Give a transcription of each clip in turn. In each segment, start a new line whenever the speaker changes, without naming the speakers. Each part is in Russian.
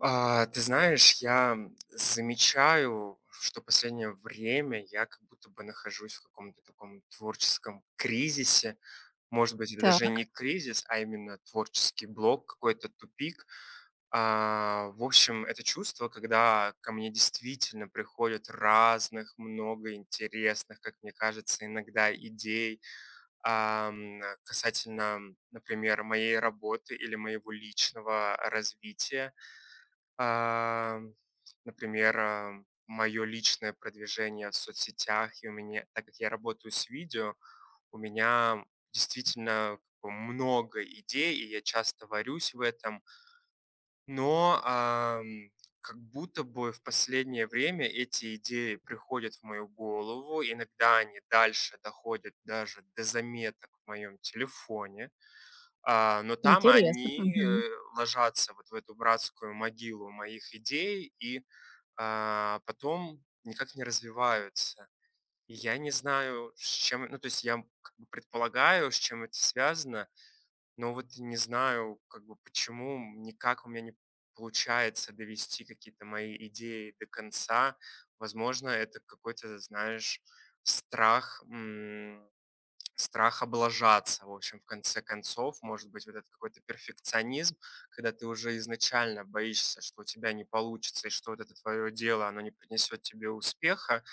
Ты знаешь, я замечаю, что последнее время я как будто бы нахожусь в каком-то таком творческом кризисе. Может быть, это даже не
Так,
кризис, а именно творческий блок, какой-то тупик. В общем, это чувство, когда ко мне действительно приходят разных, много интересных, как мне кажется, иногда идей касательно, например, моей работы или моего личного развития а, например, мое личное продвижение в соцсетях, и у меня, так как я работаю с видео, у меня действительно как бы много идей, и я часто варюсь в этом, но как будто бы в последнее время эти идеи приходят в мою голову, иногда они дальше доходят даже до заметок в моем телефоне, но там
интересно.
они,
Мгм.
э, ложатся вот в эту братскую могилу моих идей и потом никак не развиваются. И я не знаю, с чем, ну, то есть я, как бы предполагаю, с чем это связано, но вот не знаю, как бы почему никак у меня не получается довести какие-то мои идеи до конца. Возможно, это какой-то, знаешь, страх, страх облажаться, в общем, в конце концов. Может быть, вот этот какой-то перфекционизм, когда ты уже изначально боишься, что у тебя не получится, и что вот это твое дело, оно не принесет тебе успеха,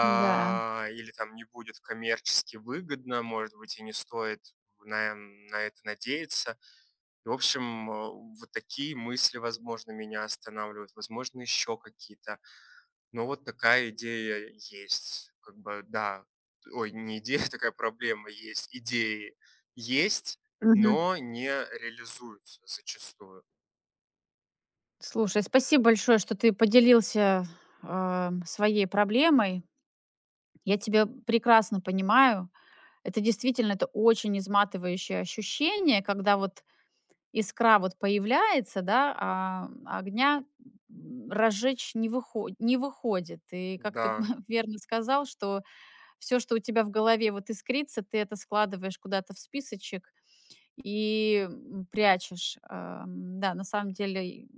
Да.
или там не будет коммерчески выгодно, может быть, и не стоит на это надеяться. И, в общем, вот такие мысли, возможно, меня останавливают, возможно, еще какие-то, ну, вот такая идея есть. Как бы, да. Ой, не идея, такая проблема есть. Идеи есть,
Мгм.
но не реализуются зачастую.
Слушай, спасибо большое, что ты поделился, своей проблемой. Я тебя прекрасно понимаю. Это действительно, это очень изматывающее ощущение, когда вот искра вот появляется, да, а огня, разжечь не выходит. И как ты
Да,
верно сказал, что все, что у тебя в голове вот искрится, ты это складываешь куда-то в списочек, и, прячешь. Да, на самом деле, и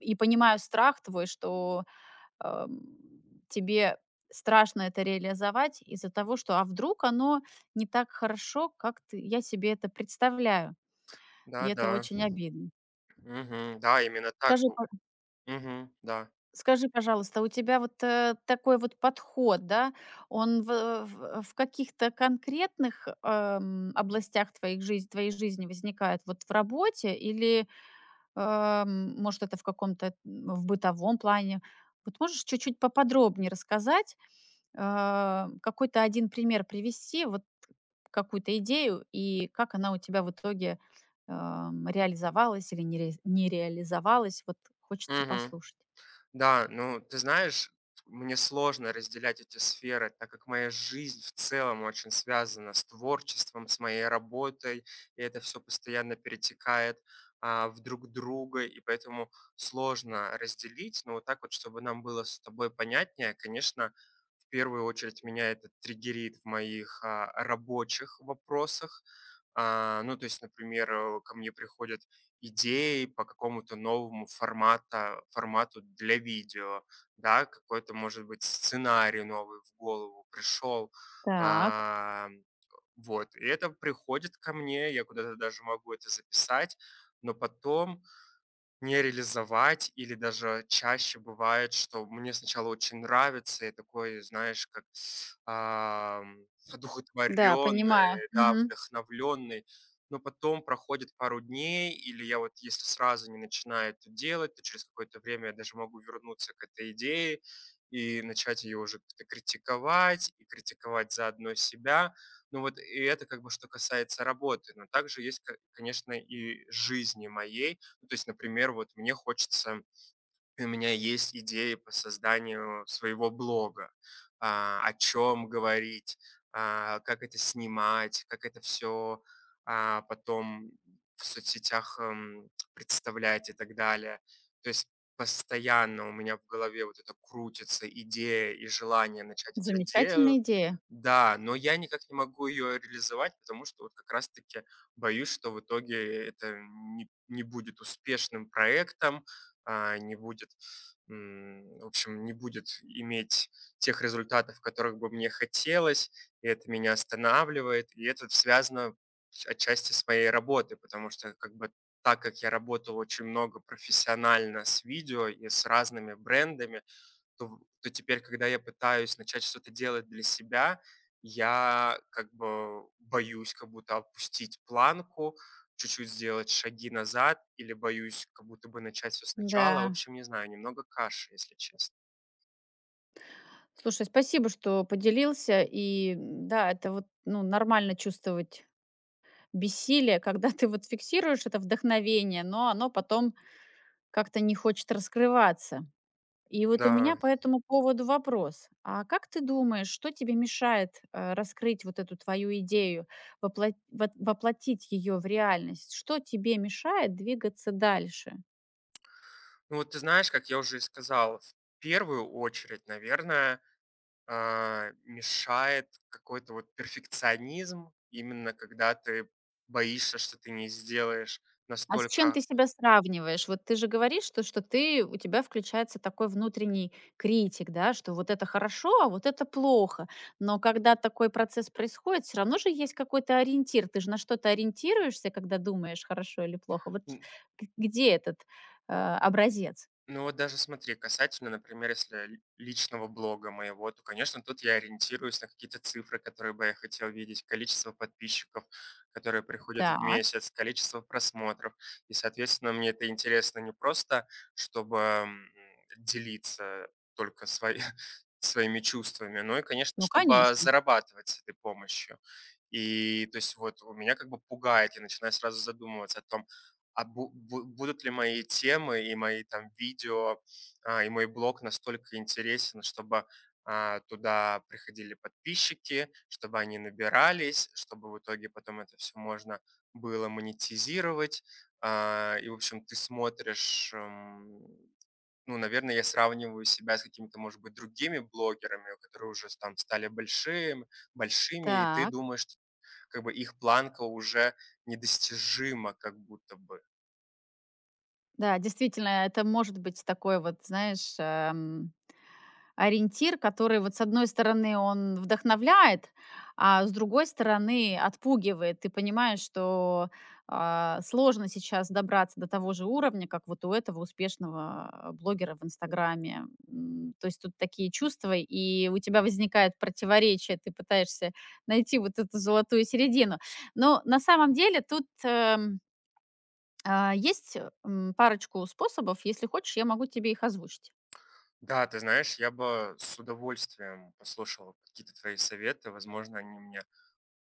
и понимаю страх твой, что, ам, тебе страшно это реализовать из-за того, что: "А вдруг оно не так хорошо, как ты я себе это представляю?" И это
да-да.
очень обидно.
Мгм. Да, именно так.
Скажи, па
Мгм. Да.
скажи, пожалуйста, у тебя вот, такой вот подход, да, он в каких-то конкретных, областях твоих жиз твоей жизни возникает? Вот в работе или может, это в каком-то, в бытовом плане. Вот можешь чуть-чуть поподробнее рассказать, какой-то один пример привести, вот какую-то идею, и как она у тебя в итоге, реализовалась или не реализовалась? Вот хочется
Мгм.
послушать.
Да, ну, ты знаешь, мне сложно разделять эти сферы, так как моя жизнь в целом очень связана с творчеством, с моей работой, и это все постоянно перетекает в друг друга, и поэтому сложно разделить. Но вот так вот, чтобы нам было с тобой понятнее, конечно, в первую очередь меня это триггерит в моих рабочих вопросах. Ну, то есть, например, ко мне приходят идеи по какому-то новому формату для видео, да, какой-то, может быть, сценарий новый в голову пришел.
Так,
А, вот, и это приходит ко мне, я куда-то даже могу это записать, но потом не реализовать, или даже чаще бывает, что мне сначала очень нравится, я такой, знаешь, как ам,
да, понимаю.
одухотворенный, да,
Мгм.
вдохновленный, но потом проходит пару дней, или я вот если сразу не начинаю это делать, то через какое-то время я даже могу вернуться к этой идее и начать ее уже как-то критиковать, и критиковать заодно себя. Ну вот и это как бы что касается работы, но также есть, конечно, и жизни моей, ну, то есть, например, вот мне хочется, у меня есть идеи по созданию своего блога, о чем говорить, как это снимать, как это все потом в соцсетях представлять и так далее. То есть постоянно у меня в голове вот это крутится идея и желание начать это дело,
Замечательная идея.
да, но я никак не могу ее реализовать, потому что вот как раз-таки боюсь, что в итоге это не будет успешным проектом, не будет, в общем, не будет иметь тех результатов, которых бы мне хотелось, и это меня останавливает, и это связано отчасти с моей работой, потому что как бы так как я работал очень много профессионально с видео и с разными брендами, то то теперь, когда я пытаюсь начать что-то делать для себя, я как бы боюсь как будто опустить планку, чуть-чуть сделать шаги назад или боюсь как будто бы начать все сначала. В
Да.
общем, не знаю, немного каши, если честно.
Слушай, спасибо, что поделился. И, да, это вот, ну, нормально чувствовать бессилие, когда ты вот фиксируешь это вдохновение, но оно потом как-то не хочет раскрываться. И вот у меня
Да.
по этому поводу вопрос. А как ты думаешь, что тебе мешает раскрыть вот эту твою идею, вот воплотить ее в реальность? Что тебе мешает двигаться дальше?
Ну вот ты знаешь, как я уже и сказал, в первую очередь, наверное, мешает какой-то вот перфекционизм, именно когда ты боишься, что ты не сделаешь
А с чем
настолько.
ты себя сравниваешь? Вот ты же говоришь, что что ты у тебя включается такой внутренний критик, да, что вот это хорошо, а вот это плохо. Но когда такой процесс происходит, все равно же есть какой-то ориентир. Ты же на что-то ориентируешься, когда думаешь, хорошо или плохо. Вот г где этот, образец?
Ну вот даже смотри, касательно, например, если личного блога моего, то, конечно, тут я ориентируюсь на какие-то цифры, которые бы я хотел видеть, количество подписчиков, которые приходят в
Так,
месяц, количество просмотров. И, соответственно, мне это интересно не просто, чтобы делиться только свои, своими чувствами, но и, конечно,
ну,
чтобы
конечно.
зарабатывать с этой помощью. И то есть вот у меня как бы пугает, я начинаю сразу задумываться о том, а бу бу будут ли мои темы и мои там видео, и мой блог настолько интересен, чтобы, туда приходили подписчики, чтобы они набирались, чтобы в итоге потом это все можно было монетизировать. И, в общем, ты смотришь, ну, наверное, я сравниваю себя с какими-то, может быть, другими блогерами, которые уже с там стали большими, большими, и ты
Так,
думаешь, что как бы их планка уже недостижима как будто бы.
да, действительно, это может быть такой вот, знаешь, ориентир, который вот с одной стороны он вдохновляет, а с другой стороны отпугивает. Ты понимаешь, что сложно сейчас добраться до того же уровня, как вот у этого успешного блогера в Инстаграме. То есть тут такие чувства, и у тебя возникает противоречие, ты пытаешься найти вот эту золотую середину. Но на самом деле тут есть парочку способов, если хочешь, я могу тебе их озвучить.
Да, ты знаешь, я бы с удовольствием послушал какие-то твои советы. Возможно, они мне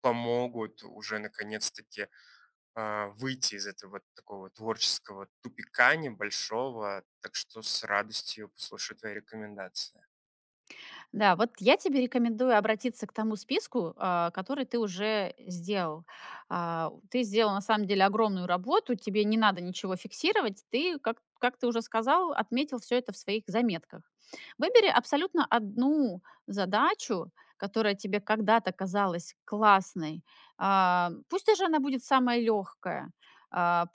помогут уже наконец-таки выйти из этого вот такого вот творческого тупика небольшого. Так что с радостью послушаю твои рекомендации.
Да, вот я тебе рекомендую обратиться к тому списку, который ты уже сделал. А, Ты сделал на самом деле огромную работу, тебе не надо ничего фиксировать, ты, как ты уже сказал, отметил все это в своих заметках. Выбери абсолютно одну задачу, которая тебе когда-то казалась классной. А, Пусть даже она будет самая легкая,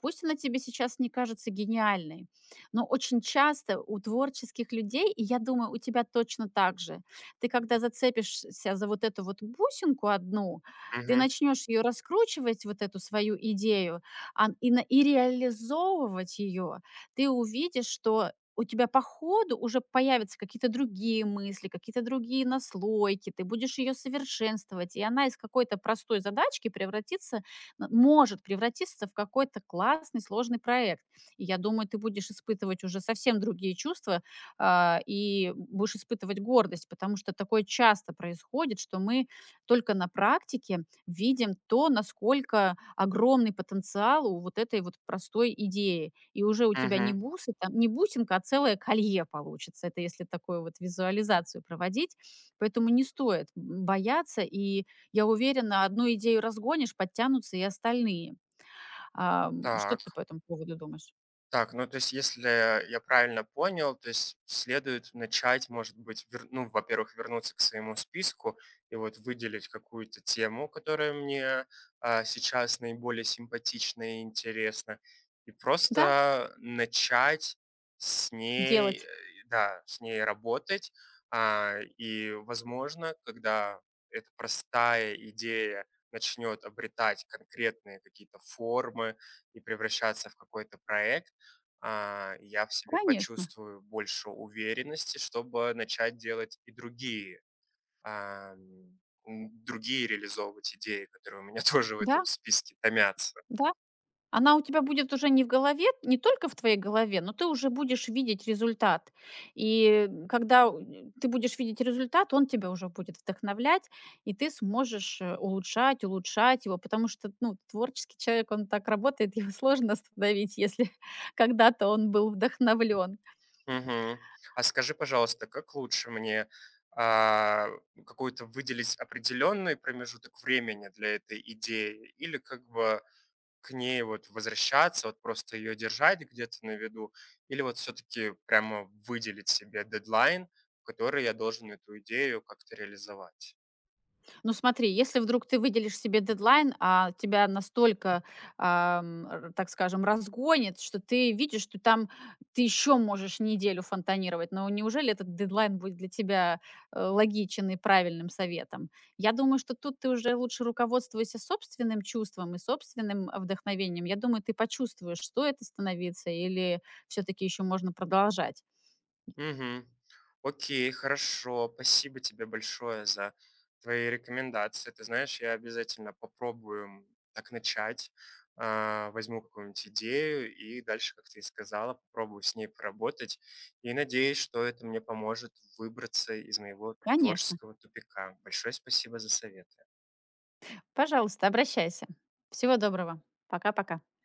пусть она тебе сейчас не кажется гениальной, но очень часто у творческих людей, и я думаю, у тебя точно так же, ты когда зацепишься за вот эту вот бусинку одну, ты
Угу,
начнешь ее раскручивать, вот эту свою идею, ан и на и реализовывать ее. Ты увидишь, что у тебя по ходу уже появятся какие-то другие мысли, какие-то другие наслойки, ты будешь ее совершенствовать, и она из какой-то простой задачки превратится, н может превратиться в какой-то классный, сложный проект. И я думаю, ты будешь испытывать уже совсем другие чувства, и будешь испытывать гордость, потому что такое часто происходит, что мы только на практике видим то, насколько огромный потенциал у вот этой вот простой идеи. И уже у тебя не
угу.
бусы, там, не бусинка, а целое колье получится. Это если такую вот визуализацию проводить. Поэтому не стоит бояться. И я уверена, одну идею разгонишь, подтянутся и остальные. Что
Так.
ты по этому поводу думаешь?
Так, ну то есть, если я правильно понял, то есть следует начать, может быть, ну, во-первых, вернуться к своему списку и вот выделить какую-то тему, которая мне сейчас наиболее симпатична и интересна, и
Да,
просто начать с ней,
делать.
да, с ней работать. И, возможно, когда эта простая идея начнет обретать конкретные какие-то формы и превращаться в какой-то проект, я в себе
Конечно.
почувствую больше уверенности, чтобы начать делать и другие, ам, другие реализовывать идеи, которые у меня тоже в
Да,
этом списке томятся.
да, она у тебя будет уже не в голове, не только в твоей голове, но ты уже будешь видеть результат. И когда у ты будешь видеть результат, он тебя уже будет вдохновлять, и ты сможешь, улучшать его, потому что, ну, творческий человек, он так работает, его сложно остановить, если когда-то он был вдохновлен.
Мгм. А скажи, пожалуйста, как лучше мне, а, какой-то выделить определенный промежуток времени для этой идеи или как бы к ней вот возвращаться, вот просто ее держать где-то на виду, или вот все-таки прямо выделить себе дедлайн, в который я должен эту идею как-то реализовать?
Ну смотри, если вдруг ты выделишь себе дедлайн, а тебя настолько, ам, р так скажем, разгонит, что ты видишь, что там ты еще можешь неделю фонтанировать, но неужели этот дедлайн будет для тебя, логичен и правильным советом? Я думаю, что тут ты уже лучше руководствуйся собственным чувством и собственным, вдохновением. Я думаю, ты почувствуешь, что это остановиться или все таки еще можно продолжать.
Мгм. Окей, хорошо. Спасибо тебе большое за твои рекомендации. Ты знаешь, я обязательно попробую так начать. Возьму какую-нибудь идею и дальше, как ты и сказала, попробую с ней поработать. И надеюсь, что это мне поможет выбраться из моего
Конечно.
творческого тупика. Большое спасибо за совет.
Пожалуйста, обращайся. Всего доброго. Пока-пока.